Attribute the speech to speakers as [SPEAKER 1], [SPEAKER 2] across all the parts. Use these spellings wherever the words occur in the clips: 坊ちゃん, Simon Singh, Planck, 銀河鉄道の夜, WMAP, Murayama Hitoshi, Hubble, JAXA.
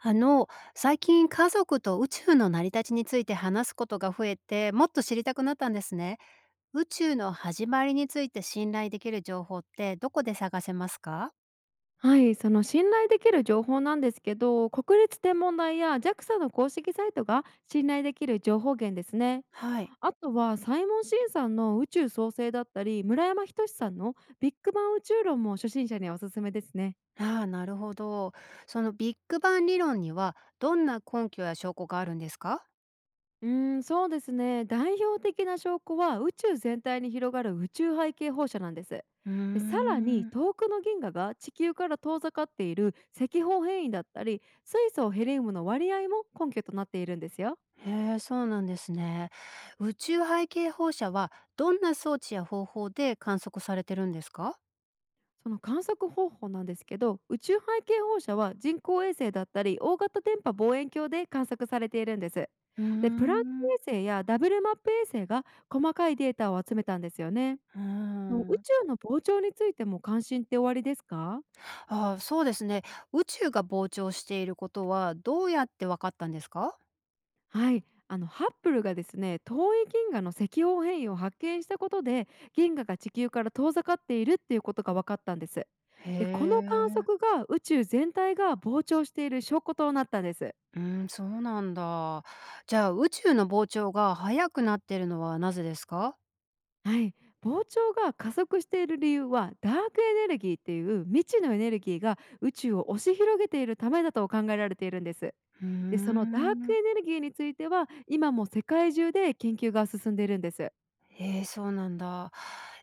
[SPEAKER 1] あの、最近家族と宇宙の成り立ちについて話すことが増えて、もっと知りたくなったんですね。宇宙の始まりについて信頼できる情報ってどこで探せますか？
[SPEAKER 2] はい、その信頼できる情報なんですけど、国立天文台や JAXA の公式サイトが信頼できる情報源ですね。
[SPEAKER 1] はい。
[SPEAKER 2] あとはサイモン・シンさんの宇宙創生だったり、村山仁さんのビッグバン宇宙論も初心者にはおすすめですね。
[SPEAKER 1] ああ、なるほど。そのビッグバン理論にはどんな根拠や証拠があるんですか？
[SPEAKER 2] そうですね。代表的な証拠は宇宙全体に広がる宇宙背景放射なんです。
[SPEAKER 1] うー
[SPEAKER 2] で、さらに
[SPEAKER 1] ん。
[SPEAKER 2] 遠くの銀河が地球から遠ざかっている赤方変異だったり、水素ヘリウムの割合も根拠となっているんですよ。
[SPEAKER 1] へえ、そうなんですね。宇宙背景放射はどんな装置や方法で観測されてるんですか？
[SPEAKER 2] その観測方法なんですけど、宇宙背景放射は人工衛星だったり大型電波望遠鏡で観測されているんです。
[SPEAKER 1] うー
[SPEAKER 2] でプランク
[SPEAKER 1] ん。
[SPEAKER 2] 衛星やダブルマップ衛星が細かいデータを集めたんですよね。
[SPEAKER 1] うー
[SPEAKER 2] もう宇
[SPEAKER 1] ん。
[SPEAKER 2] 宙の膨張についても関心っておありですか？
[SPEAKER 1] ああ、そうですね。宇宙が膨張していることはどうやってわかったんですか？
[SPEAKER 2] はい、ハッブルがですね、遠い銀河の赤方変異を発見したことで、銀河が地球から遠ざかっているっていうことが分かったんです。
[SPEAKER 1] へ
[SPEAKER 2] でこの観
[SPEAKER 1] え。
[SPEAKER 2] 測が宇宙全体が膨張している証拠となったんです。
[SPEAKER 1] うん、そうなんだ。じゃあ、宇宙の膨張が速くなってるのはなぜですか？
[SPEAKER 2] はい、膨張が加速している理由はダークエネルギーっていう未知のエネルギーが宇宙を押し広げているためだと考えられているんです。
[SPEAKER 1] うー
[SPEAKER 2] でそのダーク
[SPEAKER 1] ん。
[SPEAKER 2] エネルギーについては今も世界中で研究が進んでいるんです。
[SPEAKER 1] ええ、そうなんだ。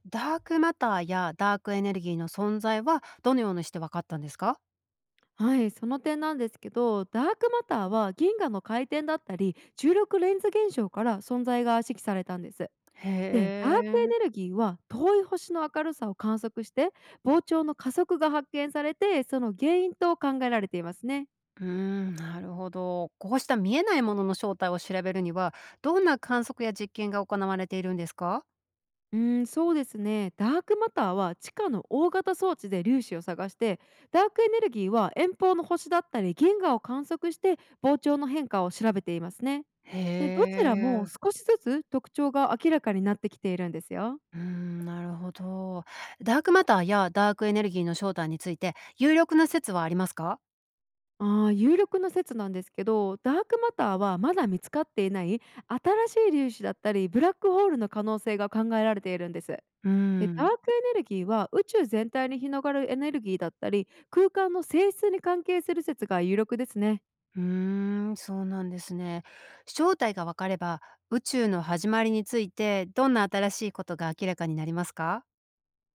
[SPEAKER 1] ダークマターやダークエネルギーの存在はどのようにしてわかったんですか？
[SPEAKER 2] はい、その点なんですけど、ダークマターは銀河の回転だったり重力レンズ現象から存在が指揮されたんです。
[SPEAKER 1] へ
[SPEAKER 2] でダークエネ
[SPEAKER 1] え。
[SPEAKER 2] ルギーは遠い星の明るさを観測して、膨張の加速が発見されてその原因と考えられていますね。
[SPEAKER 1] うーん、なるほど。こうした見えないものの正体を調べるには、どんな観測や実験が行われているんですか？
[SPEAKER 2] そうですね。ダークマターは地下の大型装置で粒子を探して、ダークエネルギーは遠方の星だったり銀河を観測して膨張の変化を調べていますね。
[SPEAKER 1] へ
[SPEAKER 2] でどちらも
[SPEAKER 1] え。
[SPEAKER 2] 少しずつ特徴が明らかになってきているんですよ。
[SPEAKER 1] うーん、なるほど。ダークマターやダークエネルギーの正体について有力な説はありますか？
[SPEAKER 2] ああ、有力な説なんですけど、ダークマターはまだ見つかっていない新しい粒子だったりブラックホールの可能性が考えられているんです。
[SPEAKER 1] うー
[SPEAKER 2] でダー
[SPEAKER 1] ん。
[SPEAKER 2] クエネルギーは宇宙全体に広がるエネルギーだったり空間の性質に関係する説が有力ですね。
[SPEAKER 1] うーん、そうなんですね。正体がわかれば宇宙の始まりについてどんな新しいことが明らかになりますか？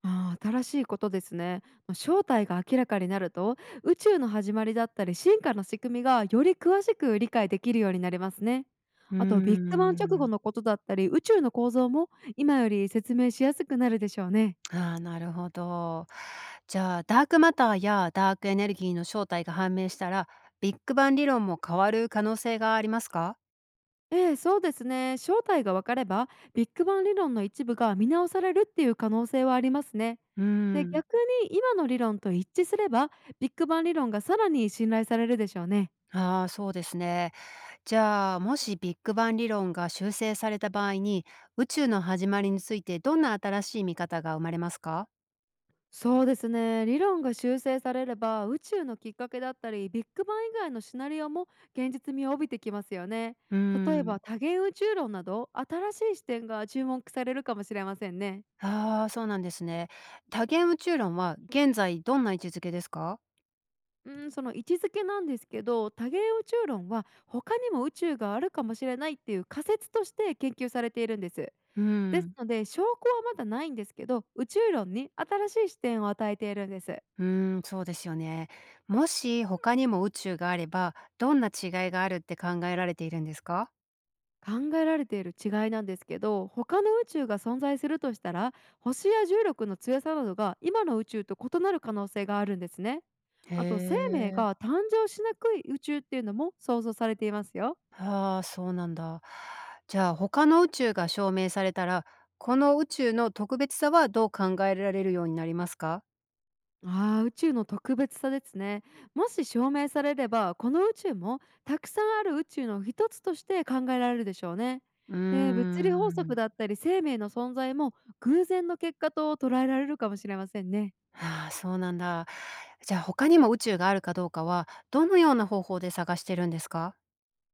[SPEAKER 2] ああ、新しいことですね。正体が明らかになると、宇宙の始まりだったり進化の仕組みがより詳しく理解できるようになりますね。
[SPEAKER 1] うー
[SPEAKER 2] あと、ビッグバン直後
[SPEAKER 1] ん。
[SPEAKER 2] のことだったり、宇宙の構造も今より説明しやすくなるでしょうね。
[SPEAKER 1] ああ、なるほど。じゃあ、ダークマターやダークエネルギーの正体が判明したら、ビッグバン理論も変わる可能性がありますか？
[SPEAKER 2] ええ、そうですね。正体が分かれば、ビッグバン理論の一部が見直されるっていう可能性はありますね。
[SPEAKER 1] うー
[SPEAKER 2] で、
[SPEAKER 1] ん。
[SPEAKER 2] 逆に今の理論と一致すれば、ビッグバン理論がさらに信頼されるでしょうね。
[SPEAKER 1] ああ、そうですね。じゃあ、もしビッグバン理論が修正された場合に宇宙の始まりについてどんな新しい見方が生まれますか？
[SPEAKER 2] そうですね、理論が修正されれば宇宙のきっかけだったりビッグバン以外のシナリオも現実味を帯びてきますよね。
[SPEAKER 1] うー
[SPEAKER 2] 例えば
[SPEAKER 1] ん。
[SPEAKER 2] 多元宇宙論など新しい視点が注目されるかもしれませんね。
[SPEAKER 1] ああー、そうなんですね。多元宇宙論は現在どんな位置づけですか？
[SPEAKER 2] うん、その位置づけなんですけど、多元宇宙論は他にも宇宙があるかもしれないっていう仮説として研究されているんです。
[SPEAKER 1] うー
[SPEAKER 2] です
[SPEAKER 1] ん。
[SPEAKER 2] ので証拠はまだないんですけど、宇宙論に新しい視点を与えているんです。
[SPEAKER 1] うーん、そうですよね。もし他にも宇宙があればどんな違いがあるって考えられているんですか？
[SPEAKER 2] 考えられている違いなんですけど、他の宇宙が存在するとしたら、星や重力の強さなどが今の宇宙と異なる可能性があるんですね。
[SPEAKER 1] へ
[SPEAKER 2] あと生命が
[SPEAKER 1] え。
[SPEAKER 2] 誕生しなくい宇宙っていうのも想像されていますよ。
[SPEAKER 1] ああ、そうなんだ。じゃあ、他の宇宙が証明されたら、この宇宙の特別さはどう考えられるようになりますか？
[SPEAKER 2] あー、宇宙の特別さですね。もし証明されればこの宇宙もたくさんある宇宙の一つとして考えられるでしょうね。
[SPEAKER 1] うー
[SPEAKER 2] で物理法則
[SPEAKER 1] ん。
[SPEAKER 2] だったり生命の存在も偶然の結果と捉えられるかもしれませんね。
[SPEAKER 1] ああ、そうなんだ。じゃあ、他にも宇宙があるかどうかは、どのような方法で探してるんですか？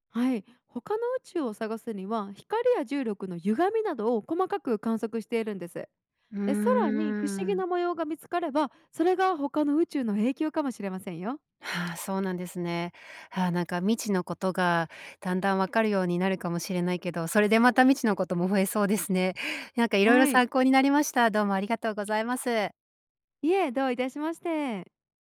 [SPEAKER 2] はい、他の宇宙を探すには光や重力の歪みなどを細かく観測しているんです。
[SPEAKER 1] う
[SPEAKER 2] で空に不思
[SPEAKER 1] ー
[SPEAKER 2] 議
[SPEAKER 1] ん。
[SPEAKER 2] な模様が見つかればそれが他の宇宙の影響かもしれませんよ。
[SPEAKER 1] ああ、そうなんですね。ああ、なんか未知のことがだんだんわかるようになるかもしれないけど、それでまた未知のことも増えそうですね。なんかいろいろ
[SPEAKER 2] はい、
[SPEAKER 1] 参考になりました。どうもありがとうございます。
[SPEAKER 2] いえどういたしまして。